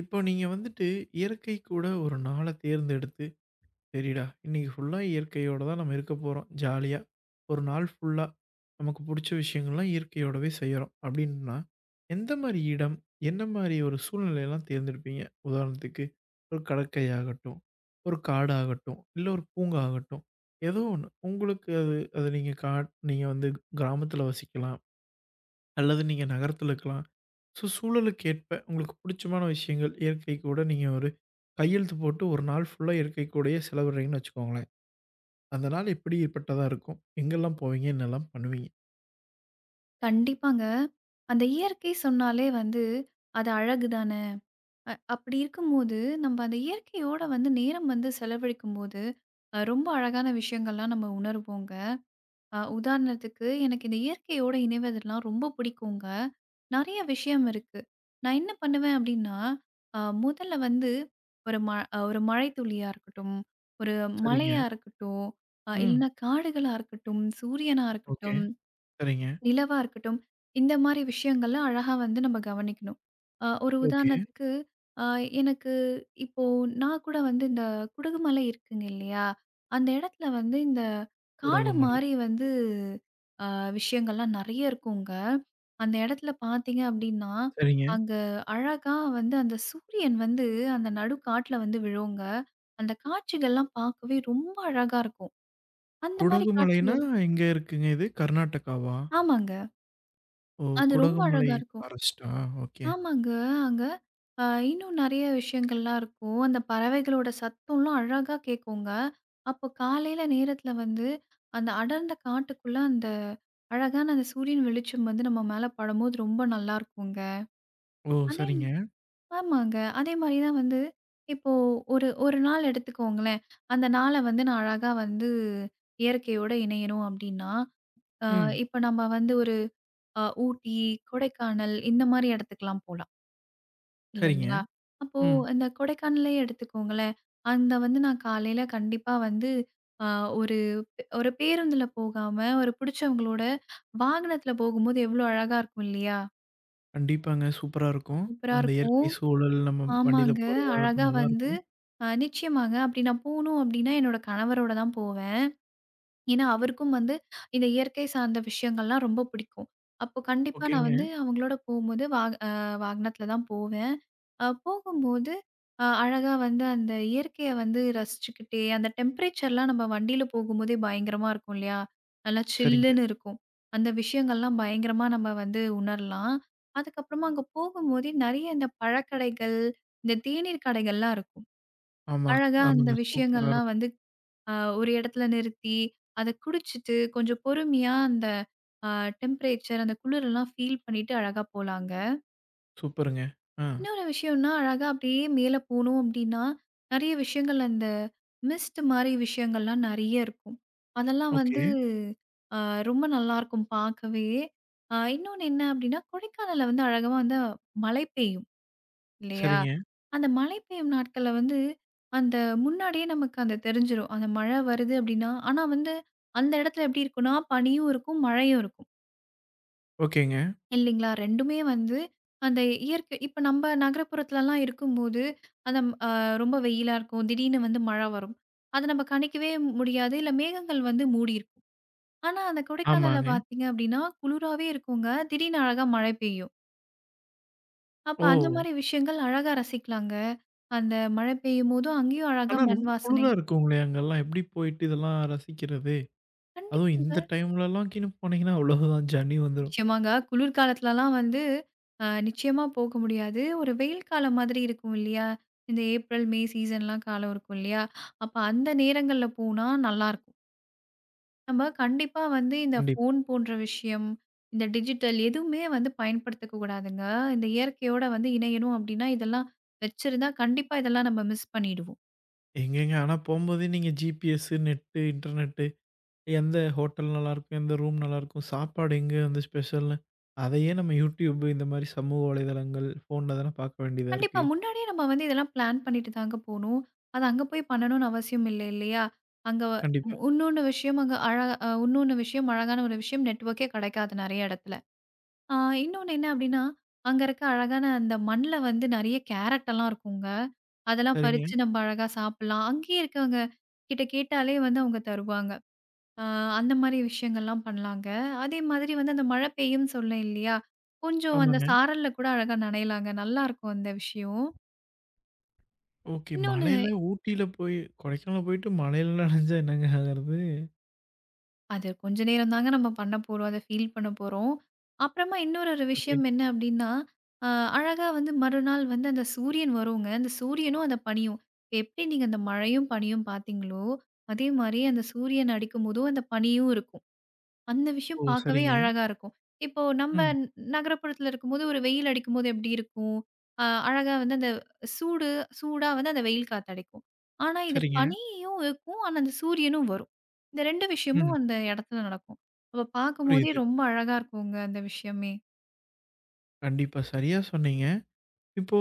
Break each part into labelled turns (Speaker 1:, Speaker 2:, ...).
Speaker 1: இப்போ நீங்க வந்துட்டு இயற்கை கூட ஒரு நாள தேர்ந்தெடுத்து, "சரிடா, இன்னைக்கு ஃபுல்லா இயற்கையோட தான் நம்ம இருக்க போறோம். ஜாலியா ஒரு நாள் ஃபுல்லா நமக்கு புடிச்ச விஷயங்கள்லாம் இயற்கையோடவே செய்றோம்." அப்டின்னா, எந்த மாரி இடம், என்ன மாரி ஒரு சூழ்நிலையெல்லாம் தேர்ந்தெடுப்பீங்க? உதாரணத்துக்கு, ஒரு கடற்கையாகட்டும், ஒரு காடாகட்டும், இல்ல ஒரு பூங்கா ஆகட்டும். ஏதோ ஒண்ணு. உங்களுக்கு அது அது நீங்க நீங்க வந்து கிராமத்துல வசிக்கலாம். அல்லது நீங்க நகரத்துல இருக்கலாம். ஸோ சூழலுக்கு ஏற்ப உங்களுக்கு புடிச்சமான விஷயங்கள், இயற்கை கூட நீங்க ஒரு கையெழுத்து போட்டு 1 நாள் ஃபுல்லா இயற்கை கூடயே செலவிடுறீங்கன்னு வச்சுக்கோங்களேன். அந்த நாள் எப்படிப்பட்டதா இருக்கும்? எங்கெல்லாம் போவீங்க? என்னலாம் பண்ணுவீங்க?
Speaker 2: கண்டிப்பாங்க. அந்த இயற்கை சொன்னாலே வந்து, அது அழகு தான. அப்படி இருக்கும்போது, நம்ப அந்த இயற்கையோட வந்து நேரம் வந்து செலவழிக்கும்போது, ரொம்ப அழகான விஷயங்கள்லாம் நம்ம உணருவோங்க. உதாரணத்துக்கு, எனக்கு இந்த இயற்கையோட இணைவதெல்லாம் ரொம்ப பிடிக்குங்க. நெறைய விஷயம் இருக்கு. நான் என்ன பண்ணுவேன் அப்படின்னா, அ முதல்ல வந்து ஒரு ம அ ஒரு மழை துளியா இருக்கட்டும், ஒரு
Speaker 1: சரிங்க.
Speaker 2: மலையா இருக்கட்டும்,
Speaker 1: ம்.
Speaker 2: இல்லன்னா காடுகளா இருக்கட்டும், சூரியனா
Speaker 1: ஓகே.
Speaker 2: இருக்கட்டும்,
Speaker 1: சரிங்க.
Speaker 2: நிலவா இருக்கட்டும். இந்த மாரி விஷயங்கள்லாம் அழகா வந்து நம்ம கவனிக்கணும். ஒரு
Speaker 1: ஓகே.
Speaker 2: உதாரணத்துக்கு, அ எனக்கு இப்போ நான் கூட வந்து இந்த குடுகுமலை இருக்குங்க இல்லையா? அந்த இடத்துல வந்து இந்த காடு
Speaker 1: குடகுமலை.
Speaker 2: மாரி வந்து அ விஷயங்கள்லாம் நெறைய இருக்குங்க. அந்த இடத்துல பார்த்தீங்க அப்டின்னா,
Speaker 1: சரிங்க.
Speaker 2: அங்க அழகா வந்து அந்த சூரியன் வந்து அந்த நடு காட்டுல வந்து விழுங்க. அந்த காட்சிகள்லாம் பார்க்கவே ரொம்ப அழகா இருக்கும். அந்த மாரி
Speaker 1: குடகுமலைனா
Speaker 2: காட்சிகள்.
Speaker 1: எங்க இருக்குங்க இது? கர்நாடகாவா?
Speaker 2: ஆமாங்க.
Speaker 1: ஓ!
Speaker 2: அது ரொம்ப
Speaker 1: குடகுமலை
Speaker 2: அழகா இருக்கும்.
Speaker 1: ஃபாரஸ்ட்டா? ஓகே.
Speaker 2: ஆமாங்க. அங்க இன்னும் நெறைய விஷயங்கள்லாம் இருக்கும். அந்த பறவைகளோட சத்தம்லாம் அழகா கேட்குங்க. அப்போ காலையில நேரத்தில வந்து, அந்த அடர்ந்த காட்டுக்குள்ள அந்த அழகான அந்த சூரியன் வெளிச்சம் வந்து நம்ம மேல படும்போது ரொம்ப நல்லாருக்குங்க.
Speaker 1: ஓ!
Speaker 2: அதே
Speaker 1: சரிங்க.
Speaker 2: ஆமாங்க. அதே மாரி தான் வந்து இப்போ ஒரு ஒரு நாள் எடுத்துக்கோங்களேன். அந்த நாள வந்து நான் அழகா வந்து இயற்கையோட இணையணும் அப்டின்னா, அ
Speaker 1: ம்.
Speaker 2: இப்ப நம்ம வந்து ஒரு ஊட்டி, கொடைக்கானல் இந்த மாரி இடத்துக்குலாம் போலாம்.
Speaker 1: சரிங்க.
Speaker 2: இல்லைங்களா? அப்போ
Speaker 1: ம்.
Speaker 2: இந்த கொடைக்கானலே எடுத்துக்கோங்களேன். அந்த வந்து நான் காலையில கண்டிப்பா வந்து அ ஒரு ஒரு பேருந்துல போகாம, ஒரு புடிச்சவங்களோட வாகனத்துல போகும்போது எவ்வளோ அழகா இருக்கும் இல்லையா?
Speaker 1: கண்டிப்பாங்க. சூப்பரா இருக்கும்.
Speaker 2: சூப்பரா
Speaker 1: அந்த
Speaker 2: இருக்கும்.
Speaker 1: இயற்கை சூழல் நம்ம வண்டியில
Speaker 2: ஆமாங்க. அழகா
Speaker 1: போறதாகட்டும்
Speaker 2: வந்து
Speaker 1: நல்லாருக்கும்.
Speaker 2: நிச்சயமாங்க. அப்படி நான் போணும் அப்படின்னா, என்னோட கணவரோட தான் போவேன். ஏன்னா, அவருக்கும் வந்து இந்த இயற்கை சார்ந்த விஷயங்கள்லாம் ரொம்ப பிடிக்கும். அப்போ கண்டிப்பா நான்
Speaker 1: ஓகேங்க.
Speaker 2: வந்து அவங்களோட போம்போது வாகனத்தில தான் போவேன். போகும்போது அழகா வந்து அந்த இயற்கைய வந்து ரசிச்சுக்கிட்டே அந்த டெம்பரேச்சர்லாம் நம்ம வண்டியில போகும்போதே பயங்கரமா இருக்கும் இல்லையா? நல்லா
Speaker 1: சரிங்க.
Speaker 2: சில்லுன்னு இருக்கும். அந்த விஷயங்கள்லாம் பயங்கரமா நம்ம வந்து உணரலாம். அதுக்கப்புறமா அங்க போகும்போதே நெறைய இந்த பழக்கடைகள், இந்த தேநீர் கடைகள்லாம் இருக்கும்.
Speaker 1: ஆமா.
Speaker 2: அழகா அந்த
Speaker 1: ஆமாங்க. சூப்பரா
Speaker 2: விஷயங்கள்லாம்
Speaker 1: இருக்கும்.
Speaker 2: வந்து அ ஒரு இடத்துல நிறுத்தி, அத குடிச்சிட்டு கொஞ்சம் பொறுமையா அந்த அ டெம்பரேச்சர் அந்த குளிரெல்லாம் ஃபீல் பண்ணிட்டு அழகா போலாங்க.
Speaker 1: சூப்பருங்க. ஆ.
Speaker 2: இன்னொரு விஷயம்னா, அழகா அப்படியே மேல போனோம் அப்படின்னா, நெறைய விஷயங்கள் அந்த மிஸ்ட் மாரி விஷயங்கள்லாம் நெறைய இருக்கும். அதெல்லாம்
Speaker 1: ஓகே.
Speaker 2: வந்து அ ரொம்ப நல்லாருக்கும் பார்க்கவே. இன்னொன்னு என்ன அப்படின்னா, கொடைக்கானல்ல வந்து அழகா வந்து மழை பெய்யும். இல்லையா?
Speaker 1: சரிங்க.
Speaker 2: அந்த மழை பெய்யும் நாட்கள்ல வந்து, அந்த முன்னாடியே நமக்கு அந்த தெரிஞ்சிரும். அந்த மழை வருது அப்டின்னா, ஆனா வந்து அந்த இடத்துல எப்டி இருக்கும்னா, பனியும் இருக்கும், மழையும் இருக்கும்.
Speaker 1: ஓகேங்க.
Speaker 2: இல்லைங்களா? 2மே வந்து அந்த இயற்கை இப்ப நம்ப நகரப்புறத்துலலாம் இருக்கும்போது, அந்த அ ரொம்ப வெயிலா இருக்கும். திடீர்னு வந்து மழை வரும். அத நம்ம கணிக்கவே முடியாது. இல்ல மேகங்கள் வந்து மூடியிருக்கும். ஆனா அந்த கொடைக்கானல்ல
Speaker 1: ஆமாங்க.
Speaker 2: பார்த்தீங்க அப்டின்னா, குளிராவே இருக்குங்க. திடீர்னு அழகா மழை பெய்யும். அப்ப அந்த
Speaker 1: ஓ!
Speaker 2: மாரி விஷயங்கள் அழகா ரசிக்கலாங்க. அந்த மழை பெய்யும்போதும் அங்கேயும் அழகா
Speaker 1: ஆனா
Speaker 2: மண்
Speaker 1: ரொம்ப
Speaker 2: வாசனை.
Speaker 1: குளிரா இருக்குங்களே அங்கலாம்? எப்படி போயிட்டு இதெல்லாம் ரசிக்கிறது? அதுவும்
Speaker 2: கண்டிப்பாங்க.
Speaker 1: இந்த டைம்லலாம் கீன்னு போனீங்கன்னா அவ்வளோதான் ஜனி வந்துரும்.
Speaker 2: நிச்சயமாங்க. குளிர்காலத்துலலாம் வந்து நிச்சயமா போக முடியாது. ஒரு வெயில் காலம் மாதிரி இருக்கும் இல்லையா? இந்த ஏப்ரல், மே சீசன்லாம் காலம் இருக்கும் இல்லையா? அப்ப அந்த நேரங்கள்ல போனா நல்லாருக்கும். நம்ம கண்டிப்பா வந்து இந்த
Speaker 1: கண்டிப்பா.
Speaker 2: ஃபோன் போன்ற விஷயம், இந்த டிஜிட்டல் எதுவுமே வந்து பயன்படுத்திக்க கூடாதுங்க. இந்த இயற்கையோட வந்து இணையணும் அப்படின்னா, இதெல்லாம் வச்சிருந்தா கண்டிப்பா இதெல்லாம் நம்ம மிஸ் பண்ணிடுவோம்.
Speaker 1: எங்கேங்க ஆனா போம்போதே நீங்க ஜிபிஎஸ், நெட்டு, இன்டர்நெட்டு எந்த ஹோட்டல் நல்லாருக்கும்? எந்த ரூம் நல்லாருக்கும்? சாப்பாடு எங்க வந்து ஸ்பெஷல்னு அதையே நம்ம YouTube இந்த மாரி சமூக வலைதளங்கள், ஃபோன்ல தானே பார்க்க வேண்டியதா
Speaker 2: கண்டிப்பா.
Speaker 1: இருக்கு.
Speaker 2: முன்னாடியே நம்ம வந்து இதெல்லாம் பிளான் பண்ணிட்டு தாங்க போணும். அது அங்க போய் பண்ணணும்னு அவசியம் இல்ல இல்லையா? அங்க வ-
Speaker 1: கண்டிப்பா.
Speaker 2: இன்னொன்னு விஷயம் அங்க அழ அ இன்னொன்னு விஷயம் அழகான ஒரு விஷயம் நெட்வொர்க்கே கிடைக்காது நெறைய இடத்துல. ஆ இன்னொன்னு என்ன அப்டின்னா, அங்க இருக்க அழகான அந்த மண்ல வந்து நெறைய கேரட்டெல்லாம் இருக்குங்க. அதெல்லாம்
Speaker 1: சரிங்க.
Speaker 2: பறிச்சு நம்ம அழகா சாப்பிடலாம். அங்கேயே இருக்கவங்க கிட்ட கேட்டாலே வந்து அவங்க தருவாங்க. ஆ அந்த மாரி விஷயங்கள்லாம் பண்ணலாங்க. அதே மாதிரி வந்து அந்த மழை பெய்யும்னு சொன்னேன் இல்லையா? கொஞ்சம் அந்த
Speaker 1: ஆமாங்க.
Speaker 2: சாரல்ல கூட அழகா நனையலாங்க. நல்லாருக்கும் அந்த விஷயம்.
Speaker 1: ஓகே.
Speaker 2: இன்னொன்னு,
Speaker 1: மழையில ஊட்டியில போய் கொடைக்கானல் போயிட்டு மழையில நனைஞ்சா என்னங்க ஆகுறது?
Speaker 2: அது கொஞ்ச நேரம் தாங்க நம்ம பண்ண போறோம். அத ஃபீல் பண்ண போறோம். அப்புறமா இன்னொரு ஒரு
Speaker 1: ஓகே.
Speaker 2: விஷயம் என்ன அப்டின்னா, அ அழகா வந்து மறுநாள் வந்து அந்த சூரியன் வருங்க. அந்த சூரியனும், அந்த பனியும். இப்ப எப்படி நீங்க அந்த மழையும், பனியும் பார்த்தீங்களோ, அதே மாரி அந்த சூரியன் அடிக்கும்போதும் அந்த பனியும் இருக்கும். அந்த விஷயம்
Speaker 1: ஓ!
Speaker 2: பார்க்கவே
Speaker 1: சரிங்க.
Speaker 2: அழகா இருக்கும். இப்போ நம்ப
Speaker 1: ம்.
Speaker 2: நகரப்புறத்துல இருக்கும்போது, ஒரு வெயில் அடிக்கும்போது எப்படி இருக்கும்? அழகா வந்து அந்த சூடு சூடா வந்து அந்த வெயில் காத்து அடிக்கும். ஆனா, இது
Speaker 1: சரிங்க.
Speaker 2: பனியும் இருக்கும். ஆனா, அந்த சூரியனும் வரும். இந்த 2
Speaker 1: ம்.
Speaker 2: விஷயமும் அந்த இடத்துல நடக்கும். அப்ப பார்க்கும்போதே
Speaker 1: புரியுது.
Speaker 2: ரொம்ப அழகா இருக்குங்க அந்த விஷயமே.
Speaker 1: கண்டிப்பா. சரியா சொன்னீங்க. இப்போ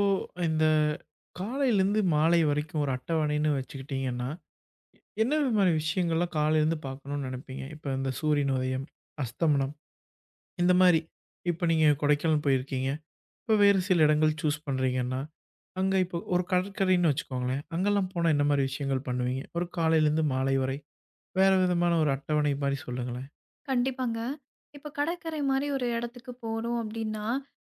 Speaker 1: இந்த காலையிலேருந்து மாலை வரைக்கும் ஒரு அட்டவணைன்னு வச்சுக்கிட்டீங்கன்னா, என்ன விதமான விஷயங்கள்லாம் காலையிலேருந்து பார்க்கணும்னு நெனைப்பீங்க? இப்ப இந்த சூரியன் உதயம், அஸ்தமனம் இந்த மாரி. இப்ப நீங்க கொடைக்கானல் போயிருக்கீங்க. இப்ப வேறு சில இடங்கள் சூஸ் பண்றீங்கன்னா, அங்க இப்போ ஒரு கடற்கரைன்னு வச்சுக்கோங்களேன். அங்கலாம் போனா என்ன மாரி விஷயங்கள் பண்ணுவீங்க? ஒரு காலையிலேருந்து மாலை வரை. வேற விதமான ஒரு அட்டவணை மாரி சொல்லுங்களேன்.
Speaker 2: கண்டிப்பாங்க. இப்ப கடற்கரை மாரி ஒரு இடத்துக்கு போறோம் அப்படின்னா,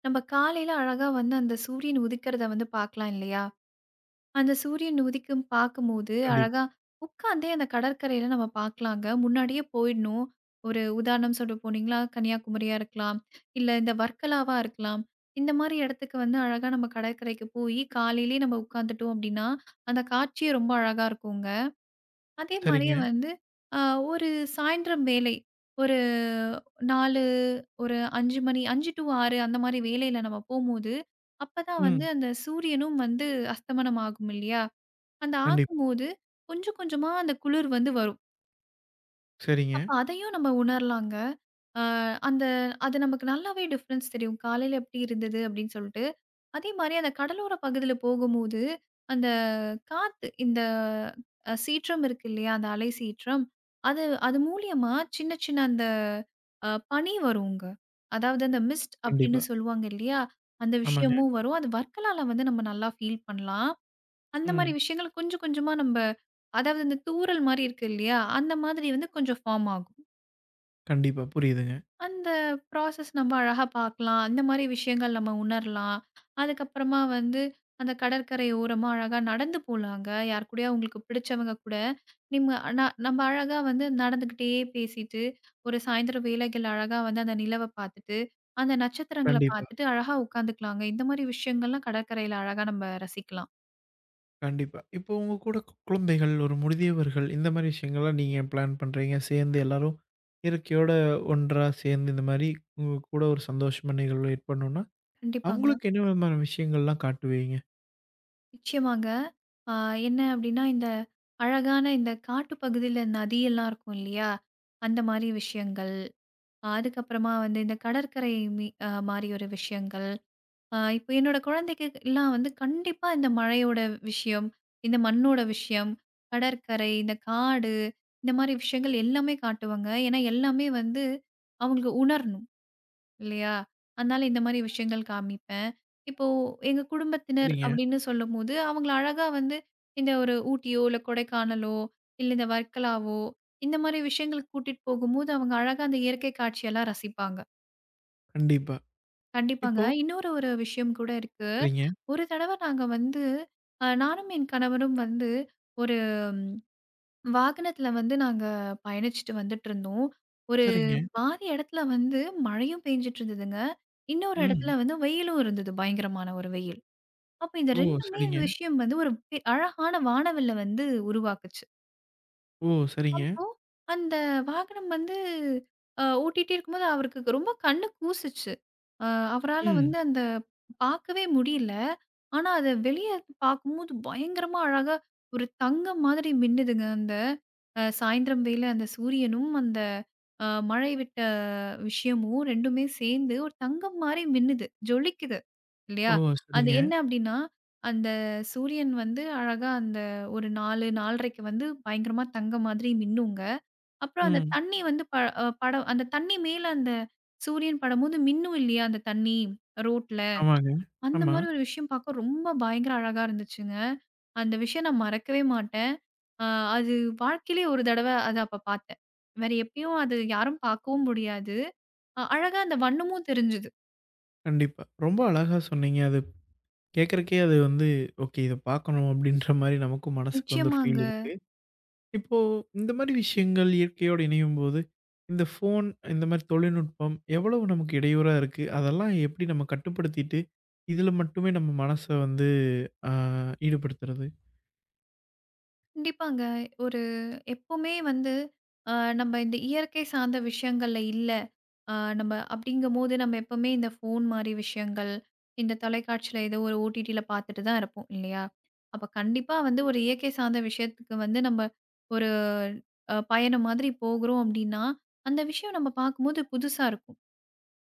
Speaker 2: நம்ப காலையில அழகா வந்து அந்த சூரியன் உதிக்கிறத வந்து பார்க்கலாம் இல்லையா? அந்த சூரியன் உதிக்கும் பார்க்கும்போது,
Speaker 1: கண்டிப்பா.
Speaker 2: அழகா உட்கார்ந்தே அந்த கடற்கரையில நம்ம பார்க்கலாங்க. முன்னாடியே போயிடணும். ஒரு உதாரணம் சொல்ல போனீங்கன்னா, கன்னியாகுமரியா இருக்கலாம். இல்ல இந்த வர்க்கலாவா இருக்கலாம். இந்த மாரி இடத்துக்கு வந்து அழகா நம்ம கடற்கரைக்கு போயி, காலையிலேயே நம்ம உட்காந்துட்டோம் அப்டின்னா, அந்த காட்சியே ரொம்ப அழகா இருக்குங்க. அதே
Speaker 1: சரிங்க.
Speaker 2: மாரியே வந்து அ ஒரு சாயந்திரம் வேலை, ஒரு 4 ஒரு 5 மணி 5-6 அந்த மாரி வேளையில நம்ம போம்போது, அப்பதான் வந்து
Speaker 1: ம்.
Speaker 2: அந்த சூரியனும் வந்து அஸ்தமனம் ஆகும் இல்லையா? அந்த
Speaker 1: கண்டிப்பா.
Speaker 2: ஆகும்போது, கொஞ்சம் கொஞ்சமா அந்த குளிர் வந்து வரும்.
Speaker 1: சரிங்க.
Speaker 2: அப்ப அதையும் நம்ம உணரலாங்க. அ அந்த அது நமக்கு நல்லாவே டிஃப்ரென்ஸ் தெரியும். காலையில எப்படி இருந்தது அப்படின்னு சொல்லிட்டு. அதே மாரி அந்த கடலோர பகுதியில போகும்போது, அந்த காத்து இந்த சீற்றம் இருக்கு இல்லையா? அந்த அலை சீற்றம். அது அது மூலியமா சின்ன சின்ன அந்த பனி வருங்க. அதாவது அந்த மிஸ்ட் அப்படின்னு
Speaker 1: கண்டிப்பா.
Speaker 2: சொல்லுவாங்க இல்லையா? அந்த
Speaker 1: ஆமாங்க.
Speaker 2: விஷயமும் வரும். அது வர்க்கலால வந்து நம்ம நல்லா ஃபீல் பண்ணலாம். அந்த மாரி
Speaker 1: ம்.
Speaker 2: விஷயங்கள் கொஞ்சம் கொஞ்சமா நம்ப, அதாவது இந்த தூறல் மாரி இருக்கு இல்லையா? அந்த மாதிரி வந்து கொஞ்சம் ஃபார்ம் ஆகும்.
Speaker 1: கண்டிப்பா. புரியுதுங்க.
Speaker 2: அந்த ப்ராசஸ் நம்ம அழகா பார்க்கலாம். அந்த மாரி விஷயங்கள் நம்ம உணரலாம். அதுக்கப்புறமா வந்து அந்த கடற்கரை ஓரமா அழகா நடந்து போலாங்க. யார் கூடயா உங்களுக்கு பிடிச்சவங்க கூட நிம்ம ந நம்ம அழகா வந்து நடந்துகிட்டே பேசிட்டு, ஒரு சாயந்தரம் வேளைகள் அழகா வந்து அந்த நிலவ பார்த்துட்டு, அந்த நட்சத்திரங்கள
Speaker 1: கண்டிப்பா,
Speaker 2: பார்த்துட்டு அழகா உட்காந்துக்கலாங்க. இந்த மாரி விஷயங்கள்லாம் கடற்கரையில அழகா நம்ம ரசிக்கலாம்.
Speaker 1: கண்டிப்பா. இப்போ உங்க கூட குழந்தைகள், ஒரு முதியவர்கள் இந்த மாரி விஷயங்கள்லாம் நீங்க பிளான் பண்றீங்க. சேர்ந்து எல்லாரும் இயற்கையோட ஒன்றா சேர்ந்து இந்த மாரி உங்க கூட ஒரு சந்தோஷமான நிகழ்வு ஏற்படணும்னா,
Speaker 2: கண்டிப்பாங்க.
Speaker 1: அவங்களுக்கு என்ன விதமான விஷயங்கள்லாம் காட்டுவீங்க?
Speaker 2: நிச்சயமாங்க. ஆ என்ன அப்டின்னா, இந்த அழகான இந்த காட்டு பகுதியில நதியெல்லாம் இருக்கும் இல்லையா? அந்த மாரி விஷயங்கள். ஆ, அதுக்கப்புறமா வந்து இந்த கடற்கரை மீ அ மாரி ஒரு விஷயங்கள். இப்போ என்னோட குழந்தைக்கு எல்லாம் வந்து கண்டிப்பா இந்த மழையோட விஷயம், இந்த மண்ணோட விஷயம், கடற்கரை, இந்த காடு இந்த மாரி விஷயங்கள் எல்லாமே காட்டுவேங்க. ஏன்னா எல்லாமே வந்து அவங்களுக்கு உணரணும். இல்லையா? அதனால இந்த மாரி விஷயங்கள் காமிப்பேன். இப்போ எங்க குடும்பத்தினர்
Speaker 1: சரிங்க.
Speaker 2: அப்படின்னு சொல்லும்போது, அவங்கள அழகா வந்து இந்த ஒரு ஊட்டியோ, இல்ல கொடைக்கானலோ, இல்ல இந்த வர்க்கலாவோ, இந்த மாரி விஷயங்களுக்கு கூட்டிட்டு போகும்போது, அவங்க அழகா அந்த இயற்கை காட்சியெல்லாம் ரசிப்பாங்க.
Speaker 1: கண்டிப்பா.
Speaker 2: கண்டிப்பாங்க.
Speaker 1: இப்போ
Speaker 2: இன்னொரு ஒரு விஷயம் கூட இருக்கு.
Speaker 1: சரிங்க,
Speaker 2: ஒரு தடவ நாங்க வந்து நானும் என் கணவரும் வந்து ஒரு வாகனத்துல வந்து நாங்க பயணிச்சுட்டு வந்துட்டுருந்தோம். ஒரு
Speaker 1: சரிங்க.
Speaker 2: பாதி இடத்துல வந்து மழையும் பெஞ்சுட்டு இருந்ததுங்க. இன்னொரு இடத்துல
Speaker 1: ம்.
Speaker 2: வந்து வெயிலும் இருந்தது. பயங்கரமான ஒரு வெயில். அப்ப இந்த
Speaker 1: ஓ!
Speaker 2: 2மே
Speaker 1: சரிங்க.
Speaker 2: விஷயம் வந்து ஒரு அழகான வானவில்ல வந்து உருவாக்குச்சு.
Speaker 1: ஓ! சரிங்க.
Speaker 2: அப்போ, அந்த வாகனம் வந்து ஓட்டிட்டே இருக்கும்போது அவருக்கு ரொம்ப கண்ணு கூசுச்சு. அ அவரால
Speaker 1: ம்.
Speaker 2: வந்து பார்க்கவே முடியல. ஆனா, அத வெளிய பார்க்கும்போது பயங்கரமா அழகா ஒரு தங்கம் மாதிரி மின்னுதுங்க. அந்த சாயந்திரம் வேள அந்த சூரியனும், அந்த மழை விட்ட விஷயமும் 2மே சேர்ந்து ஒரு தங்கம் மாரி மின்னுது, ஜொலிக்குது.
Speaker 1: ஓ!
Speaker 2: இல்லையா? அது
Speaker 1: சரிங்க.
Speaker 2: என்ன அப்டின்னா, அந்த சூரியன் வந்து அழகா அந்த ஒரு 4, 4:30க்கு வந்து பயங்கரமா தங்க மாதிரி மின்னுங்க. அப்புறம் அந்த
Speaker 1: ம்.
Speaker 2: தண்ணி வந்து ப அ படம் அந்த தண்ணி மேல அந்த சூரியன் படும்போது மின்னும் இல்லையா? அந்த தண்ணி ரோட்ல.
Speaker 1: ஆமாங்க.
Speaker 2: அந்த
Speaker 1: ஆமா.
Speaker 2: மாரி ஒரு விஷயம் பார்க்க ரொம்ப பயங்கர அழகா இருந்துச்சுங்க. அந்த விஷயம் நான் மறக்கவே மாட்டேன். அ அது வாழ்க்கையிலே ஒரு தடவ அத அப்ப பார்த்தேன். வேற எப்பயும் அது யாரும் பார்க்கவும் முடியாது. அழகா அந்த வண்ணமும் தெரிஞ்சது.
Speaker 1: கண்டிப்பா. ரொம்ப அழகா சொன்னீங்க. அது கேட்கறக்கே அது வந்து, ஓகே இத பார்க்கணும் அப்படின்ற மாரி நமக்கும் மனசுக்கு வந்து ஒரு
Speaker 2: நிச்சயமாங்க.
Speaker 1: ஃபீல் இருக்கு. இப்போ இந்த மாரி விஷயங்கள் இயற்கையோடு இணையும்போது, இந்த ஃபோன் இந்த மாரி தொழில்நுட்பம் எவ்வளவு நமக்கு இடையூறா இருக்கு? அதெல்லாம் எப்படி நம்ம கட்டுப்படுத்திட்டு, இதில மட்டுமே நம்ம மனச வந்து அ ஈடுபடுத்துறது?
Speaker 2: கண்டிப்பாங்க. ஒரு எப்பவுமே வந்து அ நம்ம இந்த இயற்கை சார்ந்த விஷயங்கள்ல இல்ல. அ நம்ம அப்படிங்கும்போது நம்ம எப்பவுமே இந்த ஃபோன் மாரி விஷயங்கள், இந்த தொலைக்காட்சியில ஏதோ ஒரு ஓடிடில பார்த்துட்டு தான் இருப்போம் இல்லையா? அப்ப கண்டிப்பா வந்து ஒரு இயற்கை சார்ந்த விஷயத்துக்கு வந்து நம்ம ஒரு பயணம் மாதிரி போகுறோம் அப்படின்னா, அந்த விஷயம் நம்ம பார்க்கும்போது புதுசா இருக்கும்.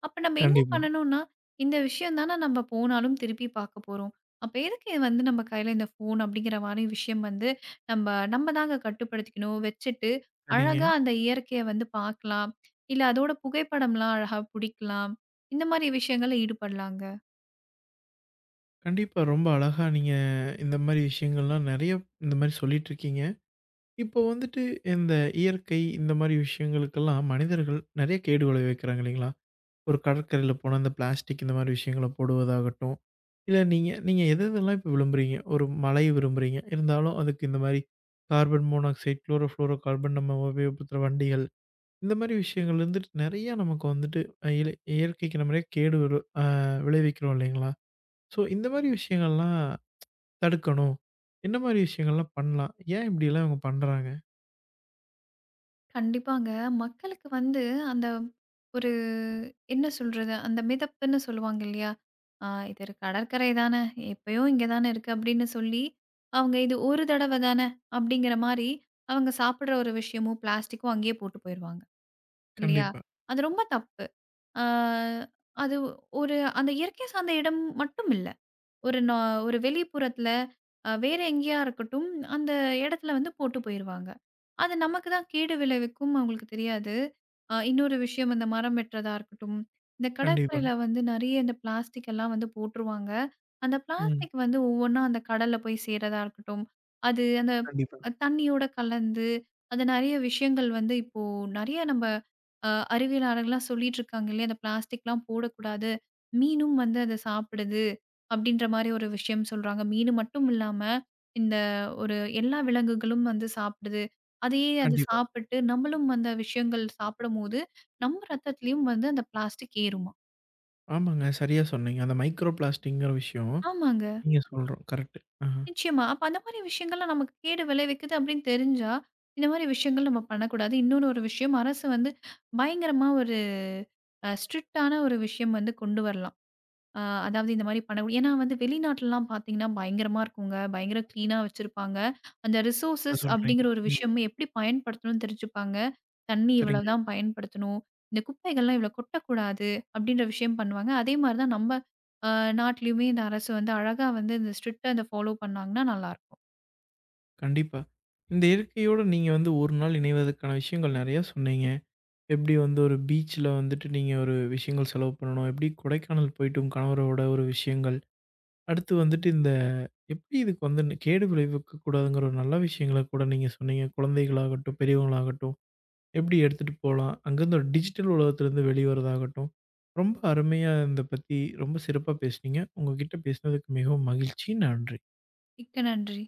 Speaker 2: அப்ப நம்ம என்ன
Speaker 1: கண்டிப்பா.
Speaker 2: பண்ணணும்னா, இந்த விஷயம் தான நம்ம போனாலும் திருப்பி பார்க்க போறோம். அப்ப எதுக்கு இது வந்து நம்ம கையில இந்த ஃபோன் அப்படிங்கிற மாரி விஷயம் வந்து நம்ம நம்ம தாங்க கட்டுப்படுத்திக்கணும். வச்சுட்டு
Speaker 1: சரிங்க.
Speaker 2: அழகா அந்த இயற்கைய வந்து பார்க்கலாம். இல்ல அதோட புகைப்படம்லாம் அழகா புடிக்கலாம். இந்த மாரி விஷயங்கள்ல ஈடுபடலாங்க.
Speaker 1: கண்டிப்பா ரொம்ப அழகா நீங்க இந்த மாரி விஷயங்கள்லாம் நெறைய இந்த மாரி சொல்லிட்டுருக்கீங்க. இப்போ வந்துட்டு இந்த இயற்கை இந்த மாரி விஷயங்களுக்கெல்லாம் மனிதர்கள் நெறைய கேடு விளைவிக்கிறாங்க இல்லைங்களா? ஒரு கடற்கரையில போனா இந்த பிளாஸ்டிக் இந்த மாரி விஷயங்கள போடுவதாகட்டும், இல்ல நீங்க நீங்க எது எதெல்லாம் இப்ப விரும்புறீங்க? ஒரு மழை விரும்புறீங்க. இருந்தாலும் அதுக்கு இந்த மாரி carbon monoxide, chloro fluoro carbon நம்ம உபயோகப்படுத்துற வண்டிகள், இந்த மாரி விஷயங்கள்ல இருந்துட்டு நெறைய நமக்கு வந்துட்டு அ இல இயற்கைக்கு நம்ம நெறைய கேடு விரு அ விளைவிக்கிறோம் இல்லைங்களா? ஸோ இந்த மாரி விஷயங்கள்லாம் தடுக்கணும். என்ன மாரி விஷயங்கள்லாம் பண்ணலாம்? ஏன் இப்படியெல்லாம் இவங்க பண்றாங்க?
Speaker 2: கண்டிப்பாங்க. மக்களுக்கு வந்து அந்த ஒரு என்ன சொல்றது? அந்த மிதப்புன்னு சொல்லுவாங்க இல்லையா? இது ஒரு கடற்கரை தான, எப்பயும் இங்க தான இருக்கு அப்படின்னு சொல்லி, அவங்க இது ஒரு தடவ தான அப்படிங்கிற மாரி, அவங்க சாப்பிடுற ஒரு விஷயமும், பிளாஸ்டிக்கும் அங்கேயே போட்டு போயிருவாங்க. இல்லையா?
Speaker 1: கண்டிப்பா.
Speaker 2: அது ரொம்ப தப்பு. ஆ அது ஒரு அந்த இயற்கை சார்ந்த இடம் மட்டும் இல்ல. ஒரு நா ஒரு வெளிப்புறத்துல, வேற எங்கேயா இருக்கட்டும், அந்த இடத்துல வந்து போட்டு போயிருவாங்க. அது நமக்கு தான் கேடு விளைவிக்கும் அவங்களுக்கு தெரியாது. இன்னொரு விஷயம் இந்த மரம் வெட்டுறதா இருக்கட்டும், இந்த
Speaker 1: கண்டிப்பா.
Speaker 2: கடற்கரையில வந்து நெறைய இந்த பிளாஸ்டிக் எல்லாம் வந்து போட்டுருவாங்க. அந்த
Speaker 1: ம்.
Speaker 2: பிளாஸ்டிக் வந்து ஒவ்வொன்னா அந்த கடல்ல போய் சேர்றதா இருக்கட்டும், அது அந்த
Speaker 1: கண்டிப்பா,
Speaker 2: தண்ணியோட கலந்து, அது நெறைய விஷயங்கள் வந்து இப்போ நெறைய நம்ம அ அறிவியலாளர்கள்லாம் சொல்லிட்டு இருக்காங்க இல்லையா? அந்த பிளாஸ்டிக்லாம் போடக்கூடாது. மீனும் வந்து அத சாப்பிடுது. அப்படின்ற மாரி ஒரு விஷயம் சொல்றாங்க. மீனு மட்டும் இல்லாம, இந்த ஒரு எல்லா விலங்குகளும் வந்து சாப்பிடுது. அதையே அது
Speaker 1: கண்டிப்பா.
Speaker 2: சாப்பிட்டு நம்மளும் அந்த விஷயங்கள் சாப்பிடும்போது, நம்ம ரத்தத்திலயும் வந்து அந்த பிளாஸ்டிக் ஏறுமா.
Speaker 1: ஆமாங்க. சரியா சொன்னீங்க. அந்த மைக்ரோ பிளாஸ்டிக்ங்கிற விஷயம்
Speaker 2: ஆமாங்க.
Speaker 1: நீங்க சொல்றோம். கரெக்ட். ஆஹா.
Speaker 2: நிச்சயமா. அப்ப அந்த மாரி விஷயங்கள்லாம் நமக்கு கேடு விளைவிக்குது அப்படின்னு தெரிஞ்சா, இந்த மாரி விஷயங்கள் நம்ம பண்ணக்கூடாது. இன்னொன்னு ஒரு விஷயம் அரசு வந்து பயங்கரமா ஒரு ஸ்ட்ரிக்ட்டான ஒரு விஷயம் வந்து கொண்டு வரலாம். அ அதாவது இந்த மாரி பண்ண ஏன்னா வந்து வெளிநாட்டுலலாம் பார்த்தீங்கன்னா, பயங்கரமா இருக்குங்க. பயங்கர கிளீனா வச்சிருப்பாங்க. அந்த
Speaker 1: அத
Speaker 2: ரிசோர்ஸஸ்
Speaker 1: சொல்றீங்க.
Speaker 2: அப்படிங்கிற ஒரு
Speaker 1: ம்.
Speaker 2: விஷயமும் எப்படி பயன்படுத்தணும்னு தெரிஞ்சுப்பாங்க. தண்ணி
Speaker 1: சரிங்க.
Speaker 2: இவ்வளவுதான் பயன்படுத்தணும். இந்த குப்பைகள்லாம் இவ்வளோ கொட்டக்கூடாது அப்படின்ற விஷயம் பண்ணுவாங்க. அதே மாரி தான் நம்ம அ நாட்டிலயுமே இந்த அரசு வந்து அழகா வந்து இந்த ஸ்ட்ரிக்ட்டா இத ஃபாலோ பண்ணாங்கன்னா நல்லாருக்கும்.
Speaker 1: கண்டிப்பா. இந்த இயற்கையோட நீங்க வந்து ஒரு நாள் இணைவதற்கான விஷயங்கள் நெறைய சொன்னீங்க. எப்படி வந்து ஒரு பீச்ல வந்துட்டு நீங்க ஒரு விஷயங்கள் செலவு பண்ணணும். எப்படி கொடைக்கானல் போயிட்டு உங்க கணவரோட ஒரு விஷயங்கள். அடுத்து வந்துட்டு இந்த எப்படி இதுக்கு வந்து கேடு விளைவிக்க கூடாதுங்கிற ஒரு நல்ல விஷயங்கள கூட நீங்க சொன்னீங்க. குழந்தைகளாகட்டும், பெரியவங்களாகட்டும். எப்படி எடுத்துட்டு போலாம்? அங்கருந்து ஒரு டிஜிட்டல் உலகத்திலருந்து வெளிவரதாகட்டும், ரொம்ப அருமையா இத பத்தி ரொம்ப சிறப்பா பேசுனீங்க. உங்ககிட்ட பேசினதுக்கு மிகவும் மகிழ்ச்சி. நன்றி.
Speaker 2: மிக்க நன்றி.